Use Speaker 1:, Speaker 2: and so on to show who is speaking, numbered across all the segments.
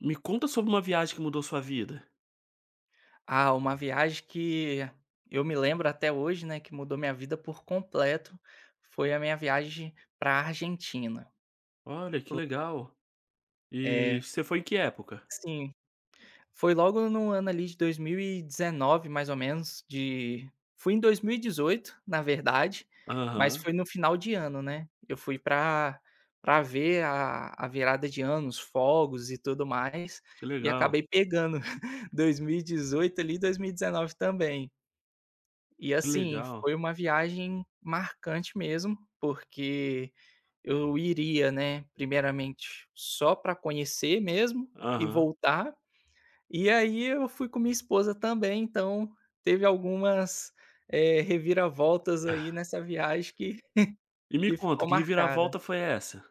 Speaker 1: Me conta sobre uma viagem que mudou sua vida.
Speaker 2: Ah, uma viagem que eu me lembro até hoje, né, que mudou minha vida por completo, foi a minha viagem para a Argentina.
Speaker 1: Olha, que legal.
Speaker 2: É,
Speaker 1: E você foi em que época?
Speaker 2: sim, foi logo no ano ali de 2019, mais ou menos, de fui em 2018, na verdade, mas
Speaker 1: Aham,
Speaker 2: foi no final de ano, né. Eu fui para ver a virada de ano, os fogos e tudo mais,
Speaker 1: que
Speaker 2: e
Speaker 1: legal,
Speaker 2: acabei pegando 2018 ali dois mil e 2019 também. E
Speaker 1: que
Speaker 2: assim,
Speaker 1: legal.
Speaker 2: foi uma viagem marcante mesmo, porque eu iria, né, primeiramente só para conhecer mesmo e
Speaker 1: Aham.
Speaker 2: voltar. E aí eu fui com minha esposa também, então teve algumas, reviravoltas aí
Speaker 1: É.
Speaker 2: nessa viagem que
Speaker 1: E me
Speaker 2: que
Speaker 1: conta,
Speaker 2: ficou
Speaker 1: que
Speaker 2: marcada.
Speaker 1: reviravolta foi essa?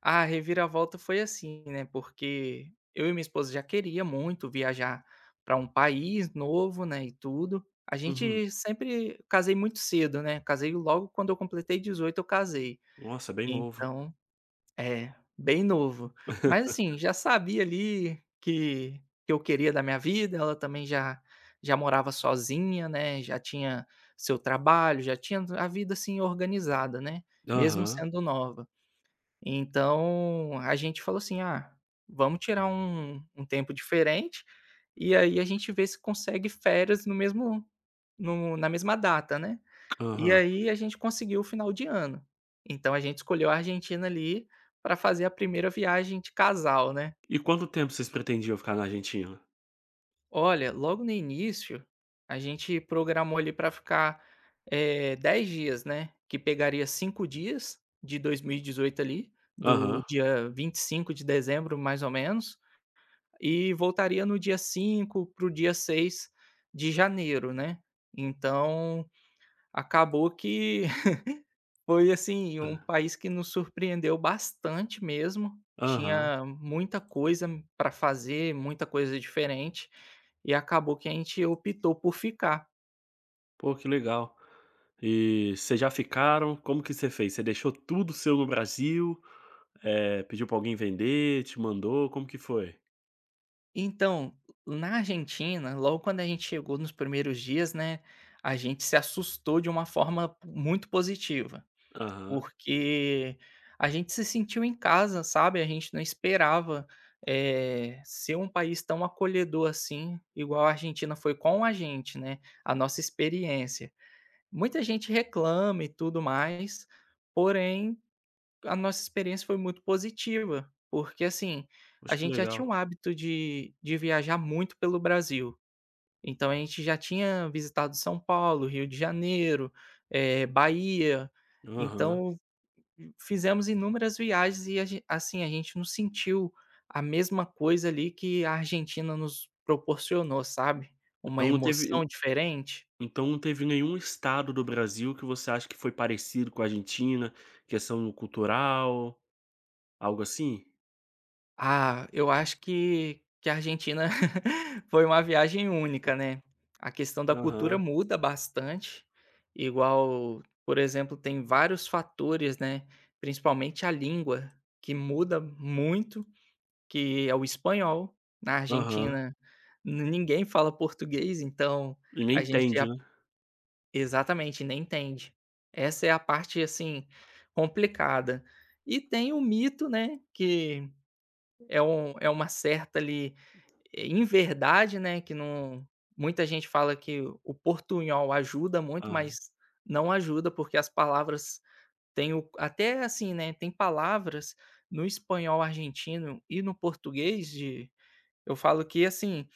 Speaker 2: A reviravolta foi assim, né, porque eu e minha esposa já queria muito viajar para um país novo, né, e tudo. A
Speaker 1: Uhum.
Speaker 2: gente sempre casei muito cedo, né, casei logo quando eu completei 18 eu casei.
Speaker 1: Nossa, bem novo.
Speaker 2: Então é, bem novo. Mas assim, já sabia ali que eu queria da minha vida, ela também já morava sozinha, né, já tinha seu trabalho, já tinha a vida, assim, organizada, né, mesmo
Speaker 1: Aham,
Speaker 2: sendo nova. Então, a gente falou assim: "Ah, vamos tirar um tempo diferente, e aí a gente vê se consegue férias no mesmo no na mesma data, né". E
Speaker 1: aham.
Speaker 2: aí a gente conseguiu o final de ano. Então a gente escolheu a Argentina ali para fazer a primeira viagem de casal, né.
Speaker 1: E quanto tempo vocês pretendiam ficar na Argentina?
Speaker 2: Olha, logo no início, a gente programou ali para ficar, 10 dias, né, que pegaria 5 dias de 2018 ali, do
Speaker 1: Aham,
Speaker 2: dia 25 de dezembro, mais ou menos, e voltaria no dia 5 para o dia 6 de janeiro, né. Então, acabou que foi, assim, um
Speaker 1: aham,
Speaker 2: país que nos surpreendeu bastante mesmo,
Speaker 1: aham.
Speaker 2: tinha muita coisa para fazer, muita coisa diferente. E acabou que a gente optou por ficar.
Speaker 1: Pô, que legal. E vocês já ficaram? Como que você fez? Você deixou tudo seu no Brasil? Pediu pra alguém vender? Te mandou? Como que foi?
Speaker 2: Então, na Argentina, logo quando a gente chegou nos primeiros dias, né, a gente se assustou de uma forma muito positiva,
Speaker 1: Aham.
Speaker 2: porque a gente se sentiu em casa, sabe, a gente não esperava, ser um país tão acolhedor assim, igual a Argentina foi com a gente, né, a nossa experiência. Muita gente reclama e tudo mais, porém a nossa experiência foi muito positiva, porque, assim, a
Speaker 1: Acho que
Speaker 2: gente já
Speaker 1: legal.
Speaker 2: tinha um hábito de viajar muito pelo Brasil, então a gente já tinha visitado São Paulo, Rio de Janeiro, Bahia,
Speaker 1: Aham.
Speaker 2: então fizemos inúmeras viagens e a gen assim, a gente não sentiu a mesma coisa ali que a Argentina nos proporcionou, sabe, uma
Speaker 1: Então não
Speaker 2: emoção
Speaker 1: teve
Speaker 2: diferente.
Speaker 1: então não teve nenhum estado do Brasil que você acha que foi parecido com a Argentina, questão cultural, algo assim?
Speaker 2: Ah, eu acho que a Argentina foi uma viagem única, né. A questão da cultura
Speaker 1: Aham,
Speaker 2: muda bastante, igual, por exemplo, tem vários fatores, né, principalmente a língua, que muda muito, que é o espanhol. Na
Speaker 1: aham.
Speaker 2: Argentina ninguém fala português, então
Speaker 1: E nem
Speaker 2: a gente a
Speaker 1: entende, né.
Speaker 2: exatamente, nem entende. Essa é a parte, assim, complicada. E tem o mito, né, que é uma certa ali, inverdade, né, que não muita gente fala que o portunhol ajuda muito,
Speaker 1: Aham,
Speaker 2: mas não ajuda, porque as palavras têm o até assim, né, tem palavras no espanhol argentino e no português de eu falo que, assim,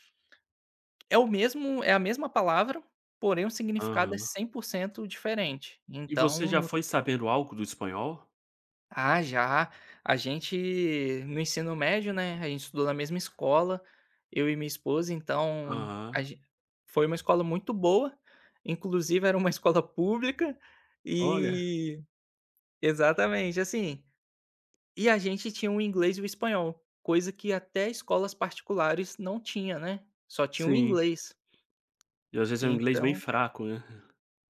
Speaker 2: é o mesmo é a mesma palavra, porém o significado é
Speaker 1: aham.
Speaker 2: 100% diferente.
Speaker 1: E você
Speaker 2: Então.
Speaker 1: já foi sabendo algo do espanhol?
Speaker 2: Ah, já. A gente no ensino médio, né, a gente estudou na mesma escola, eu e minha esposa, então a
Speaker 1: Aham.
Speaker 2: gen foi uma escola muito boa, inclusive era uma escola pública
Speaker 1: Olha,
Speaker 2: e exatamente, assim, e a gente tinha o inglês e o espanhol, coisa que até escolas particulares não tinha, né, só tinha o
Speaker 1: sim.
Speaker 2: inglês.
Speaker 1: E às vezes é um inglês bem
Speaker 2: Então
Speaker 1: fraco, né.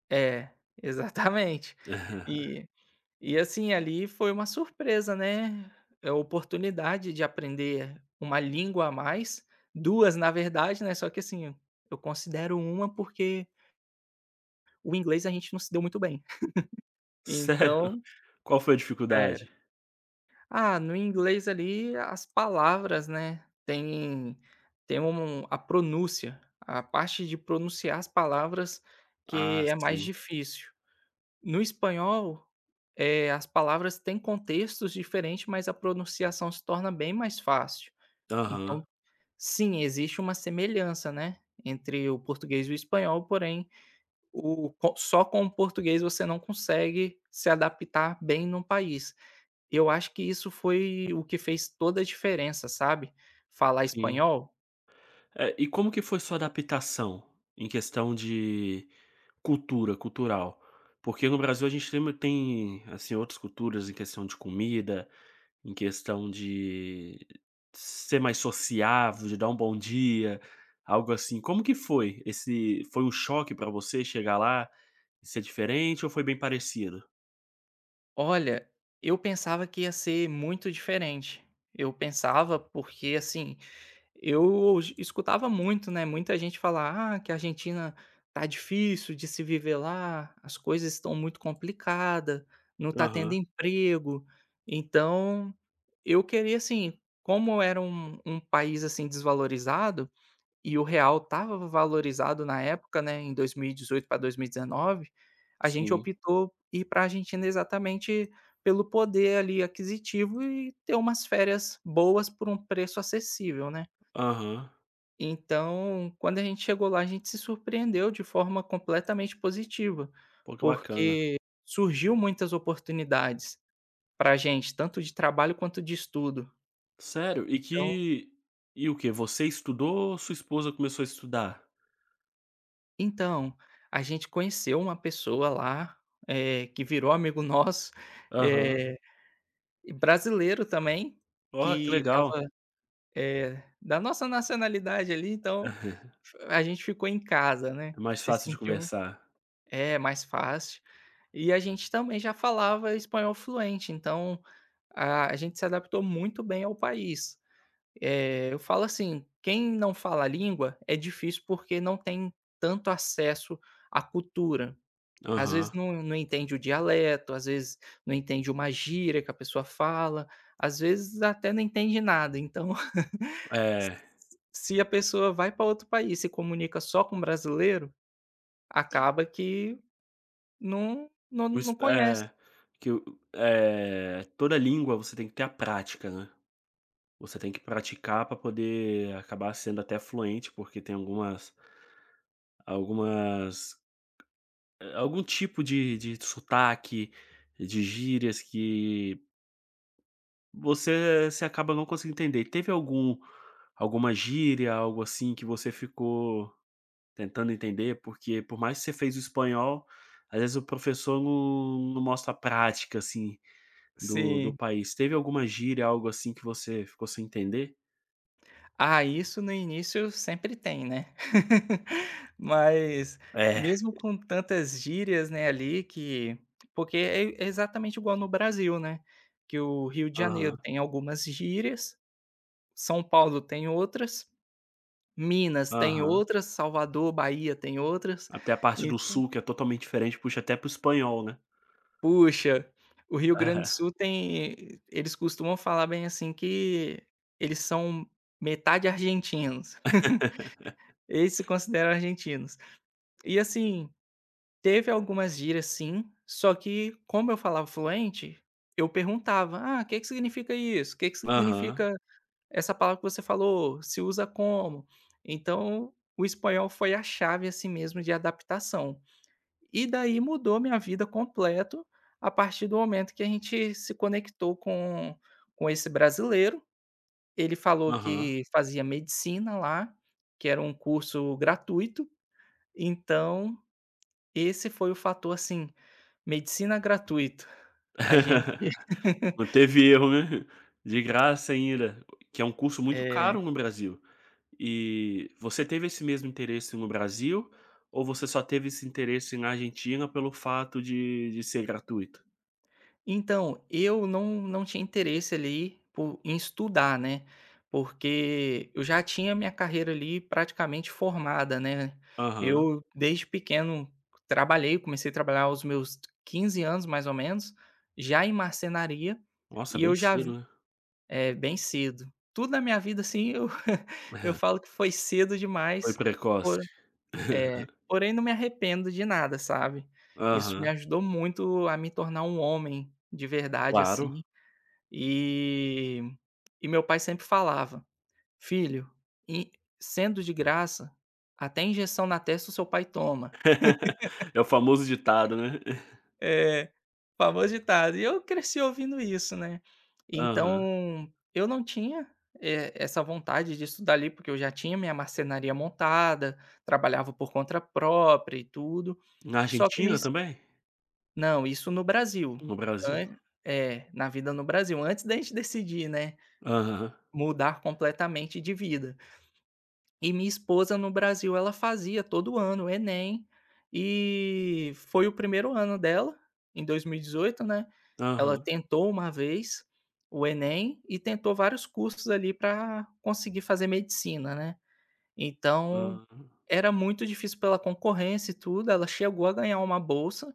Speaker 2: é, exatamente. E E assim, ali foi uma surpresa, né, é a oportunidade de aprender uma língua a mais, 2 na verdade, né, só que assim, eu considero uma porque o inglês a gente não se deu muito bem.
Speaker 1: Sério?
Speaker 2: Então
Speaker 1: Qual foi a
Speaker 2: é.
Speaker 1: dificuldade?
Speaker 2: Ah, no inglês ali as palavras, né, tem a pronúncia, a parte de pronunciar as palavras
Speaker 1: Ah,
Speaker 2: que é mais
Speaker 1: sim.
Speaker 2: difícil. No espanhol, as palavras têm contextos diferentes, mas a pronunciação se torna bem mais fácil.
Speaker 1: Aham,
Speaker 2: Então, sim, existe uma semelhança, né, entre o português e o espanhol, porém, o co só com o português você não consegue se adaptar bem no país. Eu acho que isso foi o que fez toda a diferença, sabe, falar
Speaker 1: sim.
Speaker 2: espanhol.
Speaker 1: E como que foi sua adaptação em questão de cultura, cultural. Porque no Brasil a gente tem, assim, outras culturas em questão de comida, em questão de ser mais sociável, de dar um bom dia, algo assim. Como que foi esse Foi um choque pra você chegar lá e ser diferente ou foi bem parecido?
Speaker 2: Olha, eu pensava que ia ser muito diferente. Eu pensava porque, assim, eu escutava muito, né, muita gente falar: "Ah, que a Argentina tá difícil de se viver lá, as coisas estão muito complicada, não tá tendo
Speaker 1: Aham,
Speaker 2: emprego". Então, eu queria, assim, como era um país, assim, desvalorizado e o real estava valorizado na época, né, em dois mil e dezoito para dois mil e 2019, a gente
Speaker 1: sim.
Speaker 2: optou ir para a Argentina exatamente pelo poder ali aquisitivo e ter umas férias boas por um preço acessível, né.
Speaker 1: Aham.
Speaker 2: Então, quando a gente chegou lá, a gente se surpreendeu de forma completamente positiva,
Speaker 1: Pô, que bacana.
Speaker 2: porque surgiu muitas oportunidades para a gente, tanto de trabalho quanto de estudo.
Speaker 1: Sério?
Speaker 2: Então
Speaker 1: E o quê? Você estudou ou sua esposa começou a estudar?
Speaker 2: então, a gente conheceu uma pessoa lá, que virou amigo nosso,
Speaker 1: Aham.
Speaker 2: eh, e brasileiro também,
Speaker 1: Ó, que
Speaker 2: que
Speaker 1: legal.
Speaker 2: estava, da nossa nacionalidade ali, então, a gente ficou em casa, né,
Speaker 1: É mais
Speaker 2: se
Speaker 1: fácil de
Speaker 2: sentiu.
Speaker 1: conversar.
Speaker 2: É, mais fácil. E a gente também já falava espanhol fluente, então a gente se adaptou muito bem ao país. Eu falo assim, quem não fala a língua é difícil porque não tem tanto acesso à cultura. Às vezes
Speaker 1: Aham.
Speaker 2: não entende o dialeto, às vezes não entende uma gíria que a pessoa fala, às vezes até não entende nada. Então,
Speaker 1: É,
Speaker 2: se a pessoa vai para outro país, e se comunica só com brasileiro, acaba que não não
Speaker 1: o es
Speaker 2: não conhece.
Speaker 1: é, que o eh, Toda língua você tem que ter a prática, né. Você tem que praticar para poder acabar sendo até fluente, porque tem algumas algum tipo de sotaque, de gírias que você se acaba não conseguindo entender. Teve algum Alguma gíria, algo assim, que você ficou tentando entender? Porque por mais que você fez o espanhol, às vezes o professor não mostra a prática, assim. Do
Speaker 2: Sim.
Speaker 1: país. Teve alguma gíria, algo assim que você ficou sem entender?
Speaker 2: Ah, isso no início sempre tem, né. Mas
Speaker 1: É,
Speaker 2: mesmo com tantas gírias, né, ali que porque é exatamente igual no Brasil, né, que o Rio de Janeiro
Speaker 1: aham,
Speaker 2: tem algumas gírias, São Paulo tem outras, Minas tem
Speaker 1: aham.
Speaker 2: outras, Salvador, Bahia tem outras,
Speaker 1: Até a parte
Speaker 2: e
Speaker 1: do sul que é totalmente diferente, puxa até para o espanhol, né.
Speaker 2: puxa, o Rio Grande do
Speaker 1: É.
Speaker 2: Sul tem eles costumam falar bem assim que eles são metade argentinos. Eles se consideram argentinos. E assim, teve algumas gírias sim, só que como eu falava fluente, eu perguntava: "Ah, que significa isso? Que
Speaker 1: Aham,
Speaker 2: significa essa palavra que você falou? Se usa como?". Então, o espanhol foi a chave assim mesmo de adaptação. E daí mudou minha vida completo, a partir do momento que a gente se conectou com esse brasileiro. Ele falou
Speaker 1: aham.
Speaker 2: que fazia medicina lá, que era um curso gratuito. Então, esse foi o fator, assim, medicina gratuita. A gente
Speaker 1: Não teve erro, né. De graça ainda, que é um curso muito caro
Speaker 2: é.
Speaker 1: no Brasil. E você teve esse mesmo interesse no Brasil, ou você só teve esse interesse na Argentina pelo fato de ser gratuito?
Speaker 2: Então, eu não tinha interesse ali por em estudar, né, porque eu já tinha minha carreira ali praticamente formada, né.
Speaker 1: Aham.
Speaker 2: Eu, desde pequeno, trabalhei, comecei a trabalhar aos meus 15 anos, mais ou menos, já em marcenaria,
Speaker 1: Nossa,
Speaker 2: e
Speaker 1: bem
Speaker 2: eu já
Speaker 1: cedo,
Speaker 2: vi.
Speaker 1: né.
Speaker 2: É, bem cedo. Tudo na minha vida, assim, eu eu falo que foi cedo
Speaker 1: Foi
Speaker 2: demais.
Speaker 1: precoce.
Speaker 2: É, porém não me arrependo de nada, sabe. Isso me
Speaker 1: Aham.
Speaker 2: ajudou muito a me tornar um homem de verdade,
Speaker 1: Claro.
Speaker 2: assim, e e meu pai sempre falava: "Filho, in sendo de graça, até injeção na testa o seu pai toma".
Speaker 1: É o famoso ditado, né.
Speaker 2: É, famoso ditado. E eu cresci ouvindo isso, né.
Speaker 1: Aham.
Speaker 2: Então, eu não tinha, essa vontade de estudar ali, porque eu já tinha minha marcenaria montada, trabalhava por conta própria e tudo,
Speaker 1: Na
Speaker 2: só que me.
Speaker 1: Argentina também?
Speaker 2: Não, isso no Brasil.
Speaker 1: No Brasil?
Speaker 2: An é, na vida no Brasil, antes da gente decidir, né,
Speaker 1: Aham,
Speaker 2: mudar completamente de vida. E minha esposa no Brasil, ela fazia todo ano o Enem, e foi o primeiro ano dela, em 2018, né, ela
Speaker 1: aham,
Speaker 2: tentou uma vez o Enem e tentou vários cursos ali para conseguir fazer medicina, né. Então,
Speaker 1: aham,
Speaker 2: era muito difícil pela concorrência e tudo, ela chegou a ganhar uma bolsa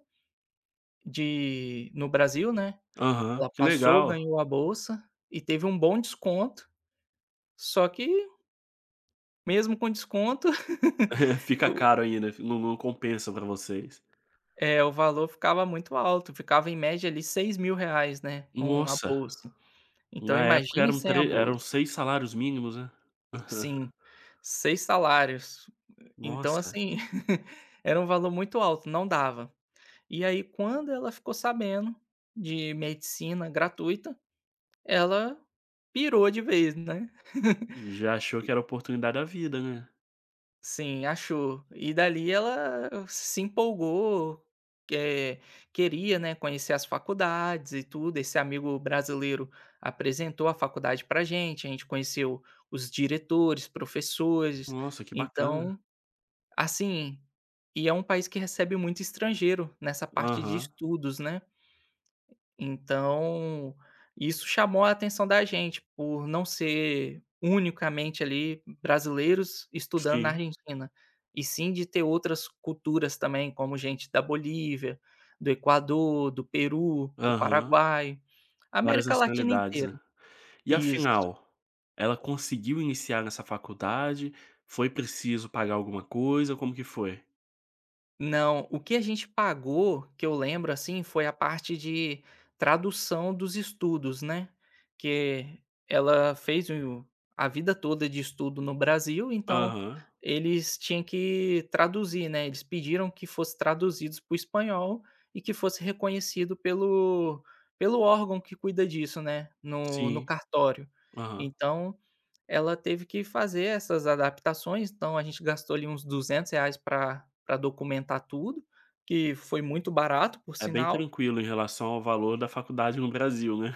Speaker 2: de no Brasil, né.
Speaker 1: aham.
Speaker 2: Ela
Speaker 1: Que
Speaker 2: passou,
Speaker 1: legal.
Speaker 2: ganhou a bolsa e teve um bom desconto, só que mesmo com desconto,
Speaker 1: Fica
Speaker 2: o
Speaker 1: caro ainda, não compensa pra vocês.
Speaker 2: é, o valor ficava muito alto, ficava em média ali R$ 6.000 né, com a
Speaker 1: Nossa,
Speaker 2: bolsa. Então
Speaker 1: na época
Speaker 2: imagine
Speaker 1: eram
Speaker 2: sem a
Speaker 1: tre eram
Speaker 2: bolsa.
Speaker 1: 6 salários mínimos, né.
Speaker 2: Sim, 6 salários. Então
Speaker 1: Nossa,
Speaker 2: assim, era um valor muito alto, não dava. E aí quando ela ficou sabendo de medicina gratuita, ela pirou de vez, né.
Speaker 1: já achou que era a oportunidade da vida, né.
Speaker 2: Sim, achou. E dali ela se empolgou, eh, queria, né, conhecer as faculdades e tudo. Esse amigo brasileiro apresentou a faculdade pra gente, a gente conheceu os diretores, professores.
Speaker 1: Nossa, que bacana.
Speaker 2: Então, assim, e é um país que recebe muito estrangeiro nessa parte de
Speaker 1: Aham,
Speaker 2: estudos, né. Então, isso chamou a atenção da gente, por não ser unicamente ali brasileiros estudando na
Speaker 1: sim.
Speaker 2: Argentina, e sim de ter outras culturas também, como gente da Bolívia, do Equador, do Peru, do
Speaker 1: Aham.
Speaker 2: Paraguai,
Speaker 1: Várias
Speaker 2: América Latina
Speaker 1: nacionalidades,
Speaker 2: inteira.
Speaker 1: né. E
Speaker 2: Isso.
Speaker 1: afinal, ela conseguiu iniciar nessa faculdade? Foi preciso pagar alguma coisa? Como que foi?
Speaker 2: Não, o que a gente pagou, que eu lembro, assim, foi a parte de tradução dos estudos, né, que ela fez o a vida toda de estudo no Brasil, então
Speaker 1: Aham,
Speaker 2: eles tinham que traduzir, né, eles pediram que fosse traduzidos para o espanhol e que fosse reconhecido pelo órgão que cuida disso, né, no
Speaker 1: sim,
Speaker 2: cartório.
Speaker 1: aham.
Speaker 2: Então ela teve que fazer essas adaptações, então a gente gastou ali uns R$200 pra para documentar tudo, que foi muito barato, por
Speaker 1: É bem
Speaker 2: sinal.
Speaker 1: tranquilo em relação ao valor da faculdade no Brasil, né.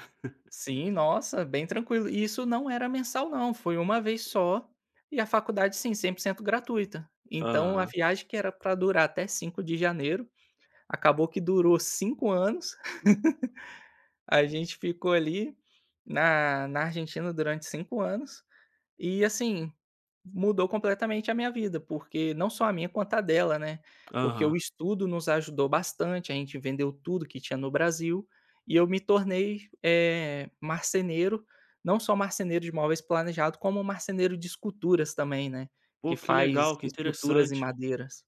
Speaker 2: Sim, nossa, bem tranquilo. E isso não era mensal não, foi uma vez só, e a faculdade, sim, 100% gratuita. Então a
Speaker 1: Aham,
Speaker 2: viagem que era para durar até 5 de janeiro, acabou que durou 5 anos. A gente ficou ali na Argentina durante 5 anos. E assim, mudou completamente a minha vida, porque não só a minha quanto a dela, né, porque
Speaker 1: aham.
Speaker 2: o estudo nos ajudou bastante, a gente vendeu tudo que tinha no Brasil, e eu me tornei, marceneiro, não só marceneiro de móveis planejado, como marceneiro de esculturas também, né, que
Speaker 1: Pô, que
Speaker 2: faz
Speaker 1: legal, que
Speaker 2: esculturas em
Speaker 1: interessante,
Speaker 2: madeiras.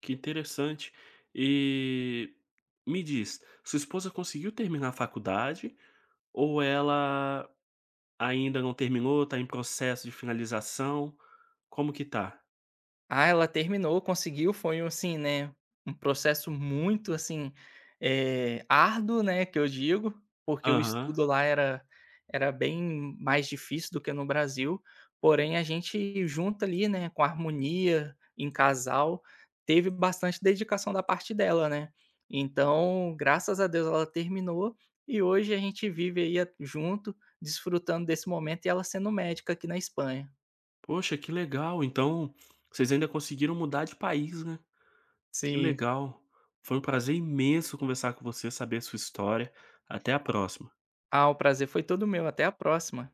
Speaker 1: que interessante. E me diz, sua esposa conseguiu terminar a faculdade ou ela ainda não terminou, tá em processo de finalização? Como que tá?
Speaker 2: Ah, ela terminou, conseguiu, foi um, assim, né, um processo muito, assim, árduo, né, que eu digo, porque o
Speaker 1: Aham.
Speaker 2: estudo lá era bem mais difícil do que no Brasil, porém a gente junta ali, né, com harmonia, em casal, teve bastante dedicação da parte dela, né. Então, graças a Deus ela terminou, e hoje a gente vive aí a junto, desfrutando desse momento e ela sendo médica aqui na Espanha.
Speaker 1: Poxa, que legal. Então, vocês ainda conseguiram mudar de país, né? Que
Speaker 2: Sim.
Speaker 1: legal. Foi um prazer imenso conversar com você, saber a sua história. Até a próxima.
Speaker 2: Ah, o prazer foi todo meu. Até a próxima.